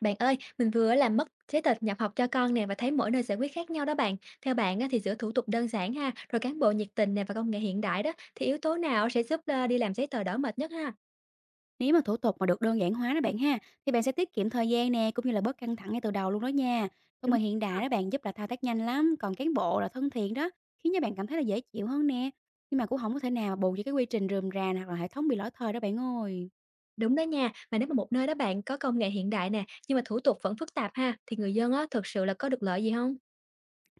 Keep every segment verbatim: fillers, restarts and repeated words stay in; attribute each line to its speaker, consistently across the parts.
Speaker 1: Bạn ơi, mình vừa làm mất giấy tờ nhập học cho con nè và thấy mỗi nơi giải quyết khác nhau đó bạn. Theo bạn á, thì giữa thủ tục đơn giản ha, rồi cán bộ nhiệt tình nè và công nghệ hiện đại đó thì yếu tố nào sẽ giúp ờ, đi làm giấy tờ đỡ mệt nhất ha?
Speaker 2: Nếu mà thủ tục mà được đơn giản hóa đó bạn ha, thì bạn sẽ tiết kiệm thời gian nè, cũng như là bớt căng thẳng ngay từ đầu luôn đó nha. Công
Speaker 1: Đúng
Speaker 2: nghệ hiện
Speaker 1: ha.
Speaker 2: đại đó bạn giúp là thao tác nhanh lắm, còn cán bộ là thân thiện đó, khiến cho bạn cảm thấy là dễ chịu hơn nè. Nhưng mà cũng không có thể nào mà bù cho cái quy trình rườm rà hoặc là hệ thống bị lỗi thời đó bạn ơi.
Speaker 1: Đúng đó nha, mà nếu mà một nơi đó bạn có công nghệ hiện đại nè, nhưng mà thủ tục vẫn phức tạp ha, thì người dân á, thực sự là có được lợi gì không?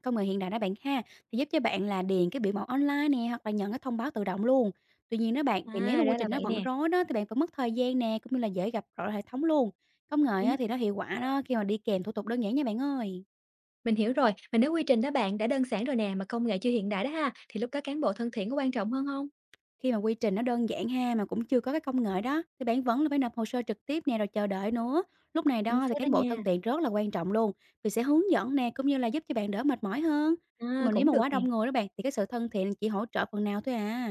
Speaker 2: Công nghệ hiện đại đó bạn ha, thì giúp cho bạn là điền cái biểu mẫu online nè, hoặc là nhận cái thông báo tự động luôn. Tuy nhiên đó bạn,
Speaker 1: À,
Speaker 2: thì nếu mà quy
Speaker 1: ra là
Speaker 2: trình nó
Speaker 1: vậy
Speaker 2: vẫn
Speaker 1: nè.
Speaker 2: rối đó, thì bạn vẫn mất thời gian nè, cũng như là dễ gặp lỗi hệ thống luôn. Công nghệ
Speaker 1: Đúng đấy.
Speaker 2: á, thì nó hiệu quả đó khi mà đi kèm thủ tục đơn giản nha bạn ơi.
Speaker 1: Mình hiểu rồi, mà nếu quy trình đó bạn đã đơn giản rồi nè mà công nghệ chưa hiện đại đó ha, thì lúc đó cán bộ thân thiện có quan trọng hơn không?
Speaker 2: Khi mà quy trình nó đơn giản ha, mà cũng chưa có cái công nghệ đó, thì bạn vẫn là phải nộp hồ sơ trực tiếp nè, rồi chờ đợi nữa. Lúc này
Speaker 1: Chính
Speaker 2: đó thì
Speaker 1: xác đó
Speaker 2: cán bộ thân
Speaker 1: nha.
Speaker 2: thiện rất là quan trọng luôn, vì sẽ hướng dẫn nè, cũng như là giúp cho bạn đỡ mệt mỏi hơn. Nhưng
Speaker 1: À,
Speaker 2: mà nếu
Speaker 1: cũng
Speaker 2: mà
Speaker 1: được
Speaker 2: quá
Speaker 1: nè.
Speaker 2: đông người đó bạn, thì cái sự thân thiện chỉ hỗ trợ phần nào thôi à.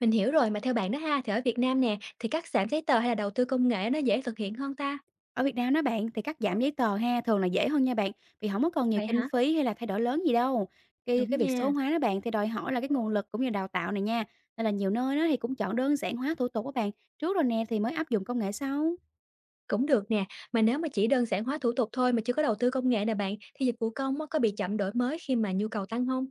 Speaker 1: Mình hiểu rồi, mà theo bạn đó ha, thì ở Việt Nam nè, thì cắt giảm giấy tờ hay là đầu tư công nghệ nó dễ thực hiện hơn ta?
Speaker 2: Ở Việt Nam đó bạn, thì cắt giảm giấy tờ ha, thường là dễ hơn nha bạn, vì không có còn nhiều
Speaker 1: Vậy
Speaker 2: kinh
Speaker 1: hả?
Speaker 2: phí hay là thay đổi lớn gì đâu. Cái,
Speaker 1: Đúng
Speaker 2: cái việc số
Speaker 1: nha,
Speaker 2: hóa đó bạn thì đòi hỏi là cái nguồn lực cũng như đào tạo này nha. Nên là nhiều nơi đó thì cũng chọn đơn giản hóa thủ tục của bạn, trước rồi nè thì mới áp dụng công nghệ sau.
Speaker 1: cũng được nè. Mà nếu mà chỉ đơn giản hóa thủ tục thôi mà chưa có đầu tư công nghệ nè bạn, thì dịch vụ công á, có bị chậm đổi mới khi mà nhu cầu tăng không?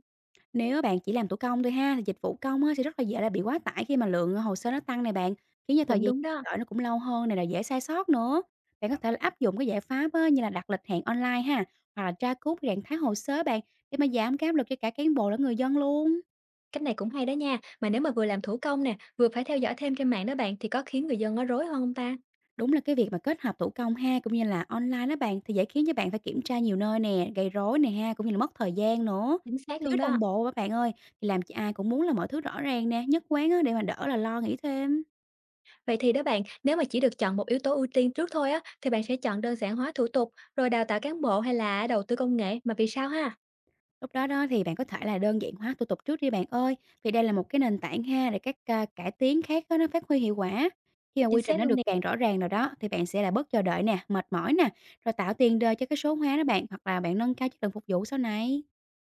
Speaker 2: Nếu bạn chỉ làm thủ công thôi ha, thì dịch vụ công á, sẽ rất là dễ là bị quá tải khi mà lượng hồ sơ nó tăng này bạn, khiến cho thời
Speaker 1: Cũng
Speaker 2: gian
Speaker 1: đúng đó.
Speaker 2: đợi nó cũng lâu hơn này, là dễ sai sót nữa. Bạn có thể là áp dụng cái giải pháp á, như là đặt lịch hẹn online ha, hoặc là tra cứu cái trạng thái hồ sơ bạn để mà giảm cái áp lực cho cả cán bộ lẫn người dân luôn.
Speaker 1: Cách này cũng hay đó nha. Mà nếu mà vừa làm thủ công nè, vừa phải theo dõi thêm trên mạng đó bạn, thì có khiến người dân nó rối hơn không ta?
Speaker 2: Đúng là cái việc mà kết hợp thủ công ha, cũng như là online đó bạn thì dễ khiến cho bạn phải kiểm tra nhiều nơi nè, gây rối nè ha, cũng như là mất thời gian nữa.
Speaker 1: Chính xác luôn
Speaker 2: Thiếu
Speaker 1: đó.
Speaker 2: đồng bộ á bạn ơi, thì làm cho ai cũng muốn là mọi thứ rõ ràng nè, nhất quán á, để mà đỡ là lo nghĩ thêm.
Speaker 1: Vậy thì đó bạn, nếu mà chỉ được chọn một yếu tố ưu tiên trước thôi á, thì bạn sẽ chọn đơn giản hóa thủ tục, rồi đào tạo cán bộ hay là đầu tư công nghệ, mà vì sao ha?
Speaker 2: Lúc đó đó thì bạn có thể là đơn giản hóa thủ tục trước đi bạn ơi, vì đây là một cái nền tảng ha để các, a, cải tiến khác á nó phát huy hiệu quả. Khi mà
Speaker 1: Chính
Speaker 2: quy trình
Speaker 1: xác
Speaker 2: nó
Speaker 1: luôn nè.
Speaker 2: được càng rõ ràng rồi đó, thì bạn sẽ là bớt chờ đợi nè, mệt mỏi nè, rồi tạo tiền đề cho cái số hóa đó bạn, hoặc là bạn nâng cao chất lượng phục vụ sau này.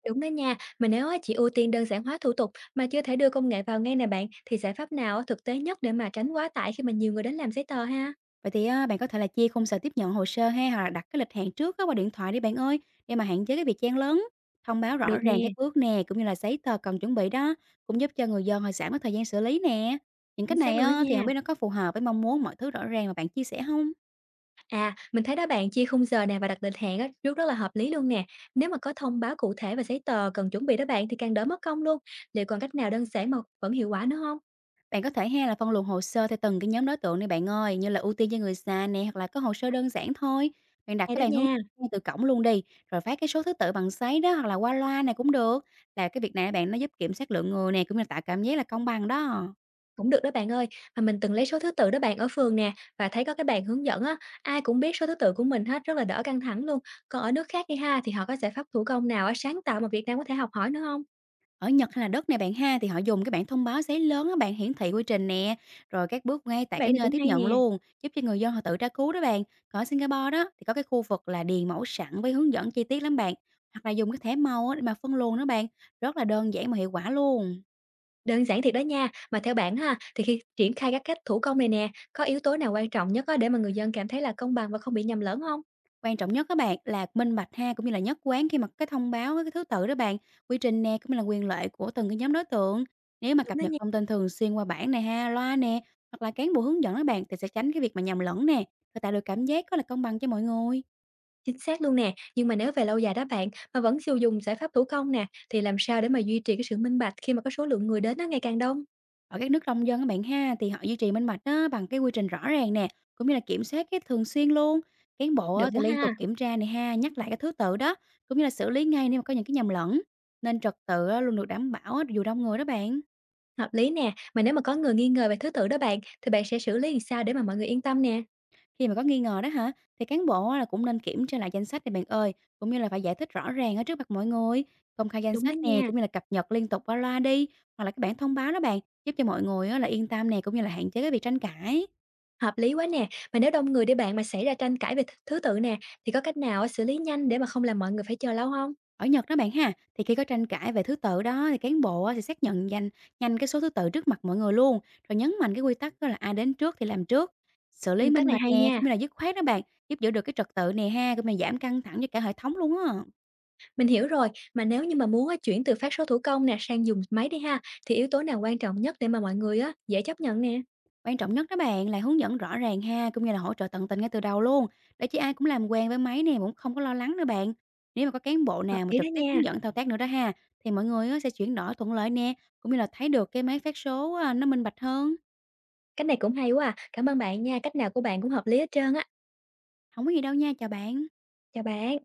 Speaker 1: Đúng đó nha, mà nếu á chỉ ưu tiên đơn giản hóa thủ tục mà chưa thể đưa công nghệ vào ngay nè bạn, thì giải pháp nào á thực tế nhất để mà tránh quá tải khi mà nhiều người đến làm giấy tờ ha?
Speaker 2: Vậy thì á, bạn có thể là chia khung giờ tiếp nhận hồ sơ hay hoặc là đặt cái lịch hẹn trước á, qua điện thoại đi bạn ơi, để mà hạn chế cái việc chen lấn. Thông báo rõ
Speaker 1: Được nè,
Speaker 2: ràng các bước nè, cũng như là giấy tờ cần chuẩn bị đó, cũng giúp cho người dân họ giảm cái thời gian xử lý nè. Những cái
Speaker 1: chính xác
Speaker 2: này
Speaker 1: luôn đó
Speaker 2: á, thì không
Speaker 1: nha.
Speaker 2: biết nó có phù hợp với mong muốn mọi thứ rõ ràng mà bạn chia sẻ không?
Speaker 1: À, mình thấy đó bạn chia khung giờ nè và đặt lịch hẹn á, rất rất là hợp lý luôn nè. Nếu mà có thông báo cụ thể và giấy tờ cần chuẩn bị đó bạn thì càng đỡ mất công luôn. Liệu còn cách nào đơn giản mà vẫn hiệu quả nữa không?
Speaker 2: Bạn có thể ha là phân luồng hồ sơ theo từng cái nhóm đối tượng đi bạn ơi, như là ưu tiên cho người già nè hoặc là có hồ sơ đơn giản thôi. Bạn đặt
Speaker 1: Hay
Speaker 2: cái
Speaker 1: đó
Speaker 2: bàn hướng
Speaker 1: nha.
Speaker 2: ngay từ cổng luôn đi, rồi phát cái số thứ tự bằng giấy đó hoặc là qua loa này cũng được. Là cái việc này bạn nó giúp kiểm soát lượng người nè cũng như tạo cảm giác là công bằng đó.
Speaker 1: Cũng được đó bạn ơi, mà mình từng lấy số thứ tự đó bạn ở phường nè và thấy có cái bàn hướng dẫn á, ai cũng biết số thứ tự của mình hết, rất là đỡ căng thẳng luôn. Còn ở nước khác đi ha thì họ có giải pháp thủ công nào á, sáng tạo mà Việt Nam có thể học hỏi nữa không?
Speaker 2: Ở Nhật hay là đất này bạn ha, thì họ dùng cái bảng thông báo giấy lớn á bạn, hiển thị quy trình nè, rồi các bước ngay tại
Speaker 1: Cái bạn
Speaker 2: cái
Speaker 1: này
Speaker 2: nơi
Speaker 1: cũng
Speaker 2: tiếp
Speaker 1: hay
Speaker 2: nhận
Speaker 1: nè.
Speaker 2: luôn, giúp cho người dân họ tự tra cứu đó bạn. Còn ở Singapore đó thì có cái khu vực là điền mẫu sẵn với hướng dẫn chi tiết lắm bạn, hoặc là dùng cái thẻ màu á để mà phân luồng đó bạn, rất là đơn giản mà hiệu quả luôn.
Speaker 1: Đơn giản thiệt đó nha, mà theo bạn ha, thì khi triển khai các cách thủ công này nè, có yếu tố nào quan trọng nhất á, để mà người dân cảm thấy là công bằng và không bị nhầm lẫn không?
Speaker 2: Quan trọng nhất các bạn là minh bạch ha, cũng như là nhất quán khi mà cái thông báo cái thứ tự đó bạn, quy trình nè, cũng như là quyền lợi của từng cái nhóm đối tượng. Nếu mà
Speaker 1: Đúng
Speaker 2: cập
Speaker 1: đó
Speaker 2: nhật
Speaker 1: nha,
Speaker 2: thông tin thường xuyên qua bảng này ha, loa nè, hoặc là cán bộ hướng dẫn đó bạn thì sẽ tránh cái việc mà nhầm lẫn nè, và tạo được cảm giác có là công bằng cho mọi người.
Speaker 1: chính xác luôn nè, nhưng mà nếu về lâu dài đó bạn, mà vẫn sử dụng giải pháp thủ công nè, thì làm sao để mà duy trì cái sự minh bạch khi mà có số lượng người đến nó ngày càng đông?
Speaker 2: Ở các nước đông dân các bạn ha thì họ duy trì minh bạch đó bằng cái quy trình rõ ràng nè, cũng như là kiểm soát cái thường xuyên luôn. Cán bộ
Speaker 1: Được
Speaker 2: á, thì
Speaker 1: quá
Speaker 2: liên tục
Speaker 1: ha.
Speaker 2: kiểm tra này ha, nhắc lại cái thứ tự đó, cũng như là xử lý ngay nếu mà có những cái nhầm lẫn. Nên trật tự á, luôn được đảm bảo á, dù đông người đó bạn.
Speaker 1: Hợp lý nè, mà nếu mà có người nghi ngờ về thứ tự đó bạn, thì bạn sẽ xử lý làm sao để mà mọi người yên tâm nè?
Speaker 2: Khi mà có nghi ngờ đó hả, thì cán bộ á là cũng nên kiểm tra lại danh sách này bạn ơi, cũng như là phải giải thích rõ ràng ở trước mặt mọi người. Công khai danh
Speaker 1: Đúng đó
Speaker 2: sách nè,
Speaker 1: nha,
Speaker 2: cũng như là cập nhật liên tục qua loa đi, hoặc là cái bản thông báo đó bạn, giúp cho mọi người á là yên tâm nè, cũng như là hạn chế cái việc tranh cãi.
Speaker 1: hợp lý quá nè. Mà nếu đông người đi bạn mà xảy ra tranh cãi về th thứ tự nè, thì có cách nào á xử lý nhanh để mà không làm mọi người phải chờ lâu không?
Speaker 2: Ở Nhật đó bạn ha, thì khi có tranh cãi về thứ tự đó thì cán bộ á sẽ xác nhận nhanh nhanh cái số thứ tự trước mặt mọi người luôn, rồi nhấn mạnh cái quy tắc đó là ai đến trước thì làm trước. Xử lý
Speaker 1: Nguyên tắc
Speaker 2: minh
Speaker 1: này
Speaker 2: bạch
Speaker 1: hay
Speaker 2: nè,
Speaker 1: nha.
Speaker 2: cũng như là dứt khoát đó bạn, giúp giữ được cái trật tự nè ha, cũng như là giảm căng thẳng cho cả hệ thống luôn á.
Speaker 1: Mình hiểu rồi, mà nếu như mà muốn á chuyển từ phát số thủ công nè sang dùng máy đi ha, thì yếu tố nào quan trọng nhất để mà mọi người á dễ chấp nhận nè?
Speaker 2: Quan trọng nhất đó bạn là hướng dẫn rõ ràng ha, cũng như là hỗ trợ tận tình ngay từ đầu luôn, để chứ ai cũng làm quen với máy này cũng không có lo lắng nữa bạn. Nếu mà có cán bộ
Speaker 1: Hợp
Speaker 2: nào mà
Speaker 1: lý đó
Speaker 2: trực tiếp
Speaker 1: nha,
Speaker 2: hướng dẫn thao tác nữa đó ha, thì mọi người á, sẽ chuyển đổi thuận lợi nè, cũng như là thấy được cái máy phát số à, nó minh bạch hơn.
Speaker 1: cách này cũng hay quá à. Cảm ơn bạn nha, cách nào của bạn cũng hợp lý hết trơn á.
Speaker 2: Không có gì đâu nha, chào bạn.
Speaker 1: Chào bạn.